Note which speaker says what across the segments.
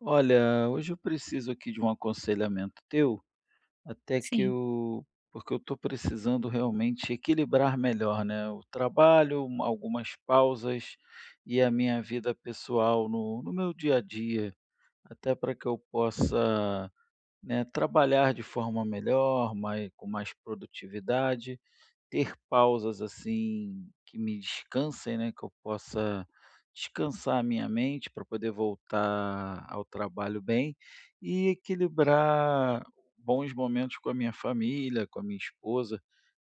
Speaker 1: Olha, hoje eu preciso aqui de um aconselhamento teu, até que
Speaker 2: Sim.
Speaker 1: eu porque eu estou precisando realmente equilibrar melhor, né, o trabalho, algumas pausas e a minha vida pessoal no meu dia a dia, até para que eu possa, né, trabalhar de forma melhor, mais com mais produtividade, ter pausas, assim, que me descansem, né, que eu possa descansar a minha mente para poder voltar ao trabalho bem e equilibrar bons momentos com a minha família, com a minha esposa,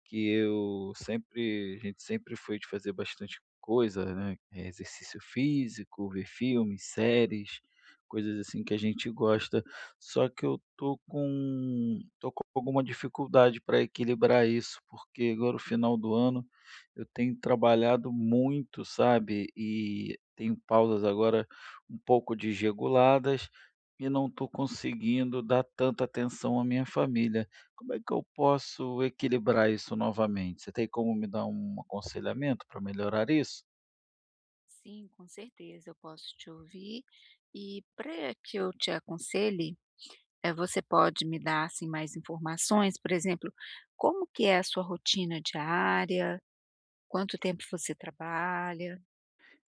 Speaker 1: que eu sempre a gente sempre foi de fazer bastante coisa, né, exercício físico, ver filmes, séries, coisas assim que a gente gosta. Só que eu tô com alguma dificuldade para equilibrar isso, porque agora o final do ano eu tenho trabalhado muito, sabe, e tenho pausas agora um pouco desreguladas e não estou conseguindo dar tanta atenção à minha família. Como é que eu posso equilibrar isso novamente? Você tem como me dar um aconselhamento para melhorar isso?
Speaker 2: Sim, com certeza, eu posso te ouvir. E para que eu te aconselhe, você pode me dar, assim, mais informações, por exemplo, como que é a sua rotina diária? Quanto tempo você trabalha?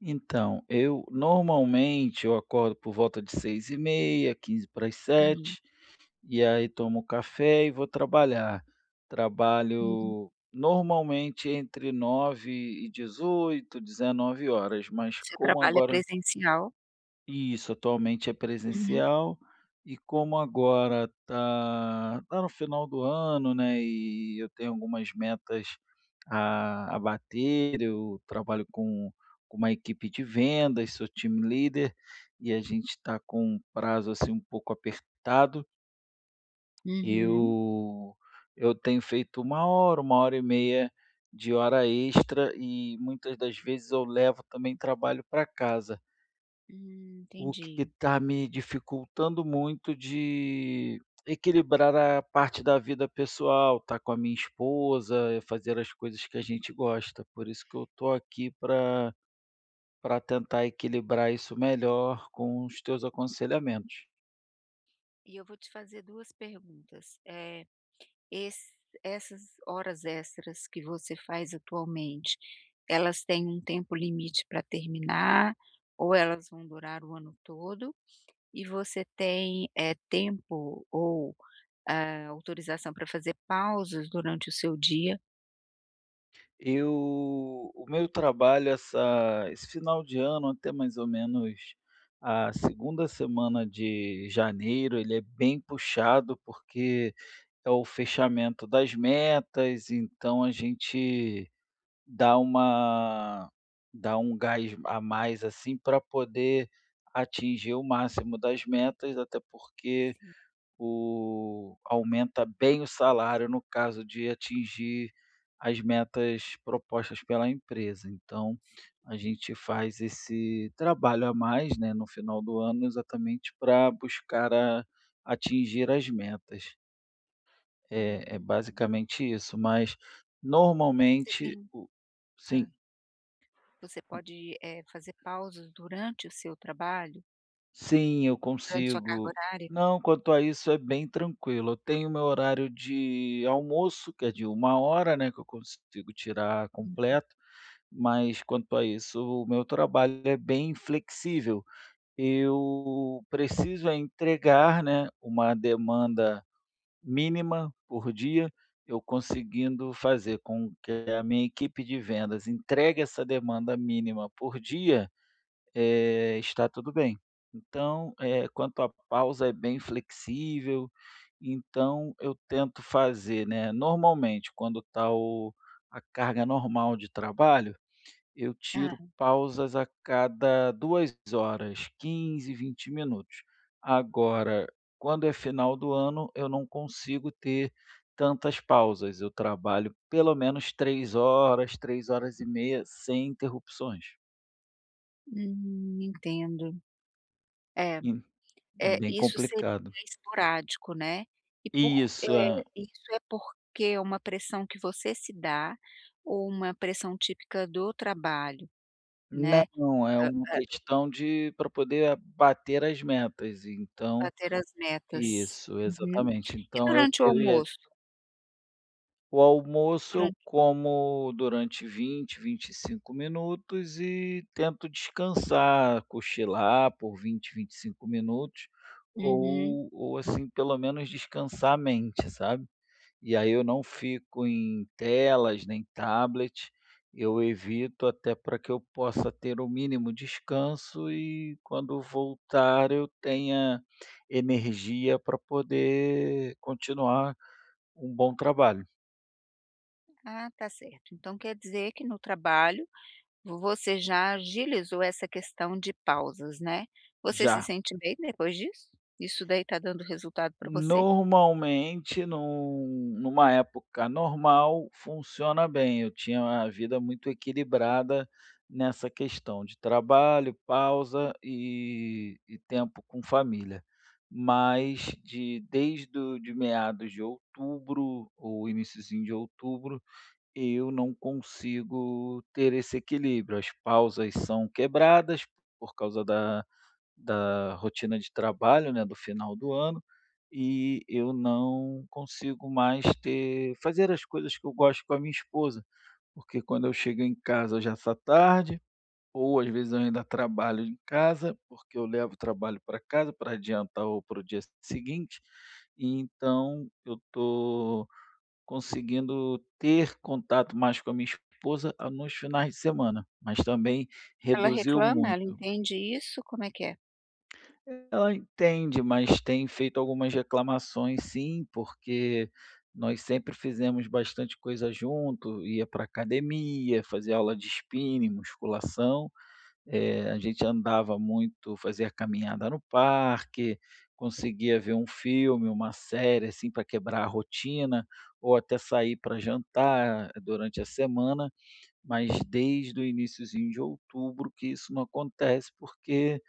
Speaker 1: Então, eu acordo por volta de 6h30, quinze para as
Speaker 2: Sim.
Speaker 1: sete. E aí tomo café e vou trabalhar.
Speaker 2: Uhum.
Speaker 1: Trabalho normalmente entre 9 e 18, 19 horas, mas
Speaker 2: Você
Speaker 1: como
Speaker 2: trabalha
Speaker 1: agora
Speaker 2: presencial?
Speaker 1: isso, atualmente é
Speaker 2: Uhum,
Speaker 1: presencial, e como agora tá no final do ano, né, e eu tenho algumas metas a bater. Eu trabalho com uma equipe de vendas, sou time leader, e a gente está com um prazo, assim, um pouco apertado.
Speaker 2: uhum.
Speaker 1: eu eu tenho feito uma hora e meia de hora extra, e muitas das vezes eu levo também trabalho para casa, o que
Speaker 2: Entendi.
Speaker 1: está me dificultando muito de equilibrar a parte da vida pessoal, estar com a minha esposa, fazer as coisas que a gente gosta. Por isso que eu estou aqui para tentar equilibrar isso melhor com os teus aconselhamentos.
Speaker 2: E eu vou te fazer 2 perguntas, eh Esse essas horas extras que você faz atualmente, elas têm um tempo limite para terminar ou elas vão durar o ano todo? E você tem, tempo ou, autorização para fazer pausas durante o seu dia?
Speaker 1: Eu O meu trabalho essa esse final de ano, até mais ou menos a segunda semana de janeiro, ele é bem puxado, porque é o fechamento das metas, então a gente dá uma dá um gás a mais, assim, para poder atingir o máximo das metas, até porque
Speaker 2: Sim.
Speaker 1: o aumenta bem o salário no caso de atingir as metas propostas pela empresa. Então, a gente faz esse trabalho a mais, né, no final do ano, exatamente para buscar a atingir as metas. É
Speaker 2: Uhum.
Speaker 1: basicamente isso, mas
Speaker 2: E você
Speaker 1: normalmente
Speaker 2: tem
Speaker 1: o sim.
Speaker 2: hã, você pode, fazer pausas durante o seu trabalho?
Speaker 1: Sim, eu
Speaker 2: Durante sua carga
Speaker 1: consigo.
Speaker 2: horária?
Speaker 1: Não, quanto a isso é bem tranquilo. Eu tenho meu horário de almoço, que é de uma hora, né, que eu consigo tirar
Speaker 2: Hum.
Speaker 1: completo, mas quanto a isso, o meu trabalho é bem flexível. Eu preciso é entregar, né, uma demanda mínima por dia. Eu conseguindo fazer com que a minha equipe de vendas entregue essa demanda mínima por dia, está tudo bem. Então, quanto à pausa é bem flexível, então eu tento fazer, né, normalmente quando está o a carga normal de trabalho, eu
Speaker 2: Ah,
Speaker 1: tiro pausas a cada 2 horas, 15, 20 minutos. Agora, quando é final do ano, eu não consigo ter tantas pausas, eu trabalho pelo menos 3 horas, 3h30 sem interrupções.
Speaker 2: entendo. É.
Speaker 1: E é
Speaker 2: É
Speaker 1: bem
Speaker 2: isso seria
Speaker 1: complicado.
Speaker 2: esporádico, né. E por
Speaker 1: Isso,
Speaker 2: eh,
Speaker 1: é.
Speaker 2: isso é porque é uma pressão que você se dá, ou uma pressão típica do trabalho, né,
Speaker 1: Não, é
Speaker 2: hã
Speaker 1: uma
Speaker 2: hã,
Speaker 1: questão de para poder bater as metas, então
Speaker 2: bater as metas.
Speaker 1: isso,
Speaker 2: Uhum.
Speaker 1: exatamente.
Speaker 2: E
Speaker 1: Então
Speaker 2: durante o
Speaker 1: eu ia
Speaker 2: almoço?
Speaker 1: O almoço eu
Speaker 2: Durante
Speaker 1: como durante 20, 25 minutos e tento descansar, cochilar por 20, 25 minutos,
Speaker 2: uhum.
Speaker 1: ou assim, pelo menos descansar a mente, sabe? E aí eu não fico em telas, nem tablet, eu evito até para que eu possa ter o mínimo descanso, e quando voltar eu tenha energia para poder continuar um bom trabalho.
Speaker 2: Ah, tá certo. Então quer dizer que no trabalho, você já agilizou essa questão de pausas, né. Você se
Speaker 1: Já.
Speaker 2: sente bem depois disso? Isso daí tá dando resultado para você?
Speaker 1: Normalmente, numa época normal, funciona bem. Eu tinha uma vida muito equilibrada nessa questão de trabalho, pausa e tempo com família. Mas de desde o de meados de outubro ou iniciozinho de outubro, eu não consigo ter esse equilíbrio. As pausas são quebradas por causa da rotina de trabalho, né, do final do ano, e eu não consigo mais ter fazer as coisas que eu gosto com a minha esposa, porque quando eu chego em casa já está tarde, ou às vezes eu ainda trabalho em casa, porque eu levo o trabalho para casa para adiantar ou para o dia seguinte. E então eu estou conseguindo ter contato mais com a minha esposa, nos finais de semana, mas também
Speaker 2: Ela
Speaker 1: reduziu
Speaker 2: reclama? Ela
Speaker 1: muito.
Speaker 2: entende isso? Como é que é?
Speaker 1: Ela entende, mas tem feito algumas reclamações, sim, porque nós sempre fizemos bastante coisa junto, ia para academia, fazia aula de spinning, musculação, a gente andava muito, fazia caminhada no parque, conseguia ver um filme, uma série, assim, para quebrar a rotina, ou até sair para jantar durante a semana, mas desde o iniciozinho de outubro que isso não acontece, porque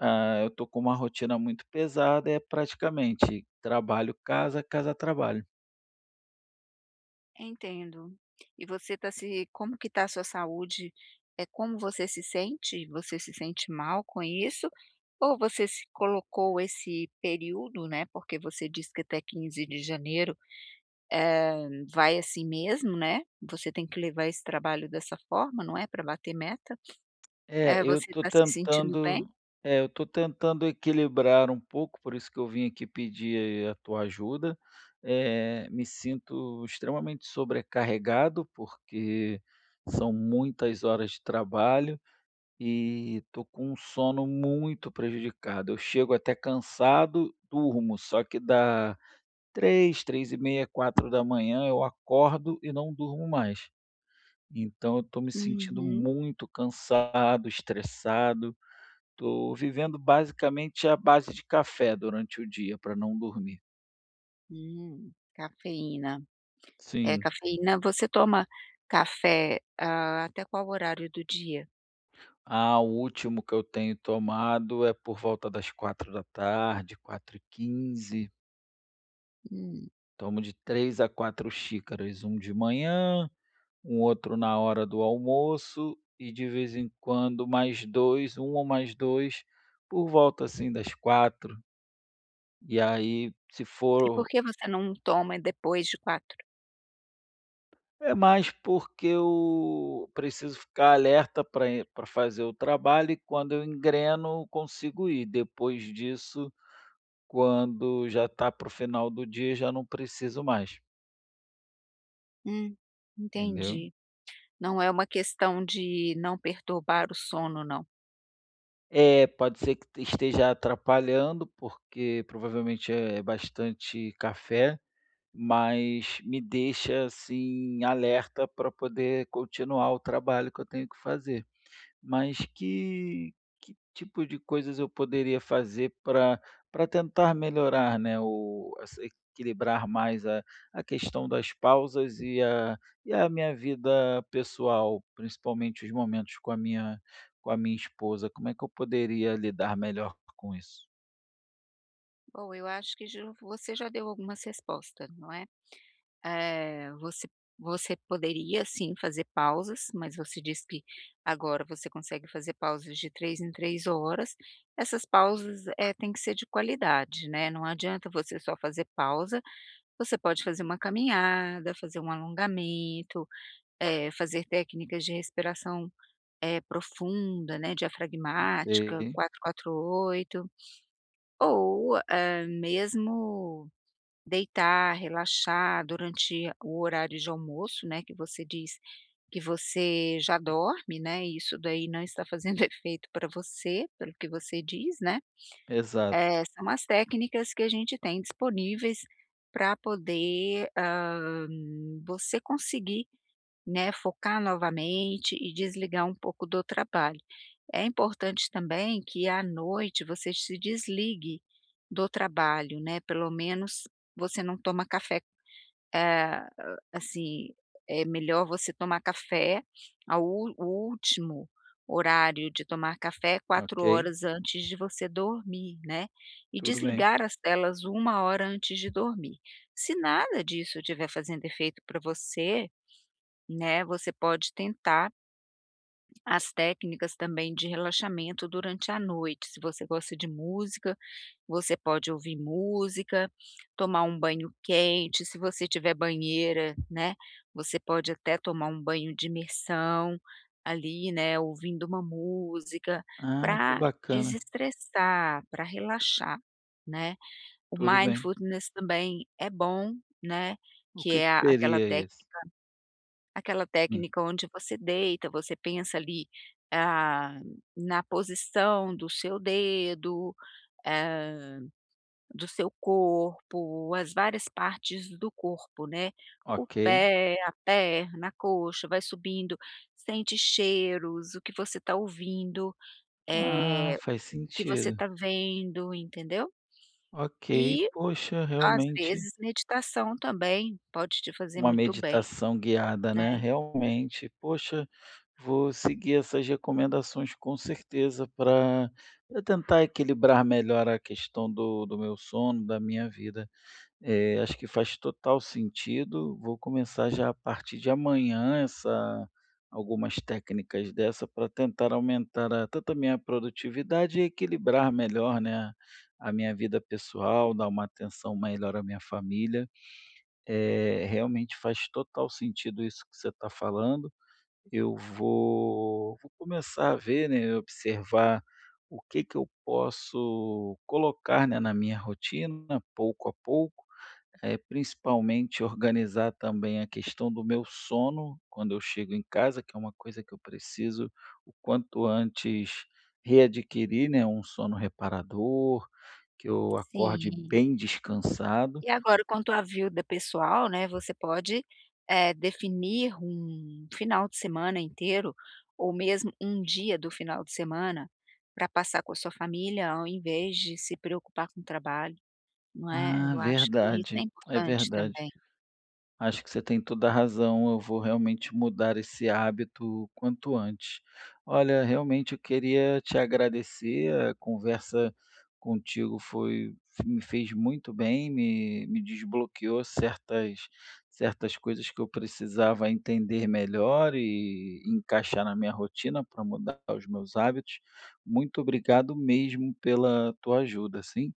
Speaker 1: eu tô com uma rotina muito pesada, é praticamente trabalho, casa, casa, trabalho.
Speaker 2: Entendo. E você tá se como que tá a sua saúde? É como você se sente? Você se sente mal com isso? Ou você se colocou esse período, né, porque você disse que até 15 de janeiro vai assim mesmo, né, você tem que levar esse trabalho dessa forma, não é, para bater meta.
Speaker 1: É, eu
Speaker 2: Você
Speaker 1: tô
Speaker 2: está se sentindo bem?
Speaker 1: tentando equilibrar um pouco, por isso que eu vim aqui pedir a tua ajuda. Me sinto extremamente sobrecarregado, porque são muitas horas de trabalho e tô com um sono muito prejudicado. Eu chego até cansado, durmo, só que dá 3, 3h30, 4 da manhã, eu acordo e não durmo mais. Então eu estou me sentindo
Speaker 2: Uhum.
Speaker 1: muito cansado, estressado, estou vivendo basicamente à base de café durante o dia para não dormir.
Speaker 2: Cafeína. É,
Speaker 1: Sim.
Speaker 2: cafeína você toma café, hã, até qual horário do dia?
Speaker 1: Ah, o último que eu tenho tomado é por volta das 16h, h 15.
Speaker 2: Hum.
Speaker 1: Tomo de 3 a 4 xícaras, um de manhã, um outro na hora do almoço e de vez em quando mais dois, um ou mais 2 por volta, assim, das 4. E aí, se
Speaker 2: E por
Speaker 1: for,
Speaker 2: que você não toma depois de quatro?
Speaker 1: é mais porque eu preciso ficar alerta para fazer o trabalho, e quando eu engreno, consigo ir. Depois disso, quando já está para o final do dia, já não preciso mais,
Speaker 2: Hum,
Speaker 1: entendeu.
Speaker 2: entendi. Não é uma questão de não perturbar o sono, não.
Speaker 1: É, pode ser que esteja atrapalhando, porque provavelmente é bastante café. Mas me deixa, assim, alerta para poder continuar o trabalho que eu tenho que fazer. Mas que tipo de coisas eu poderia fazer para tentar melhorar, né, o essa equilibrar mais a questão das pausas e a minha vida pessoal, principalmente os momentos com a minha esposa. Como é que eu poderia lidar melhor com isso?
Speaker 2: Bom, eu acho que já você já deu algumas respostas, não é? Eh, você você poderia sim fazer pausas, mas você disse que agora você consegue fazer pausas de 3 em 3 horas. Essas pausas, têm que ser de qualidade, né, não adianta você só fazer pausa, você pode fazer uma caminhada, fazer um alongamento, é, fazer técnicas de respiração, profunda, né,
Speaker 1: Ok,
Speaker 2: diafragmática, quatro 8 ou, mesmo deitar, relaxar durante o horário de almoço, né, que você diz que você já dorme, né, e isso daí não está fazendo efeito para você, pelo que você diz, né.
Speaker 1: exato.
Speaker 2: Eh, são as técnicas que a gente tem disponíveis para poder, você conseguir, né, focar novamente e desligar um pouco do trabalho. É importante também que à noite você se desligue do trabalho, né, pelo menos você não toma café, eh, assim, é melhor você tomar café ao ú o último horário de tomar café é 4
Speaker 1: Ok,
Speaker 2: horas antes de você dormir, né, e
Speaker 1: tudo bem.
Speaker 2: desligar as telas 1 hora antes de dormir. Se nada disso estiver fazendo efeito para você, né, você pode tentar as técnicas também de relaxamento durante a noite. Se você gosta de música, você pode ouvir música, tomar um banho quente. Se você tiver banheira, né, você pode até tomar um banho de imersão ali, né, ouvindo uma música
Speaker 1: Ah, que
Speaker 2: para
Speaker 1: bacana.
Speaker 2: desestressar, para relaxar, né. O
Speaker 1: Tudo bem.
Speaker 2: mindfulness também é bom, né,
Speaker 1: O
Speaker 2: que
Speaker 1: que
Speaker 2: é
Speaker 1: que
Speaker 2: a aquela
Speaker 1: seria
Speaker 2: técnica.
Speaker 1: isso?
Speaker 2: Aquela
Speaker 1: Sim,
Speaker 2: técnica onde você deita, você pensa ali, ah, na posição do seu dedo, eh, do seu corpo, as várias partes do corpo, né, o
Speaker 1: ok.
Speaker 2: pé, a perna, a coxa, vai subindo, sente cheiros, o que você está ouvindo,
Speaker 1: Ah,
Speaker 2: eh,
Speaker 1: faz
Speaker 2: o que você
Speaker 1: sentido.
Speaker 2: está vendo, entendeu.
Speaker 1: Ok,
Speaker 2: E,
Speaker 1: poxa,
Speaker 2: às
Speaker 1: realmente
Speaker 2: vezes, meditação também pode te fazer
Speaker 1: uma
Speaker 2: muito bem,
Speaker 1: meditação guiada,
Speaker 2: né.
Speaker 1: né? Realmente, poxa, vou seguir essas recomendações com certeza para tentar equilibrar melhor a questão do, do meu sono, da minha vida. É, acho que faz total sentido. Vou começar já a partir de amanhã essa algumas técnicas dessa para tentar aumentar a tanto a minha produtividade e equilibrar melhor, né, a minha vida pessoal, dar uma atenção melhor à minha família. Realmente faz total sentido isso que você está falando. Eu vou Vou começar a ver, né, observar o que que eu posso colocar, né, na minha rotina pouco a pouco, é, principalmente organizar também a questão do meu sono quando eu chego em casa, que é uma coisa que eu preciso o quanto antes readquirir, né, um sono reparador, que eu acorde
Speaker 2: Sim.
Speaker 1: bem descansado.
Speaker 2: E agora, quanto à vida pessoal, né, você pode, definir um final de semana inteiro, ou mesmo um dia do final de semana, para passar com a sua família, ao invés de se preocupar com o trabalho, não é?
Speaker 1: Ah,
Speaker 2: Eu acho que isso é
Speaker 1: verdade, é
Speaker 2: importante
Speaker 1: verdade.
Speaker 2: também.
Speaker 1: Acho que você tem toda a razão, eu vou realmente mudar esse hábito o quanto antes. Olha, realmente eu queria te agradecer, a conversa contigo foi me fez muito bem, me desbloqueou certas coisas que eu precisava entender melhor e encaixar na minha rotina para mudar os meus hábitos. Muito obrigado mesmo pela tua ajuda, sim.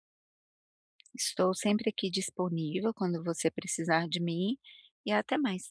Speaker 2: Estou sempre aqui disponível quando você precisar de mim, e até mais.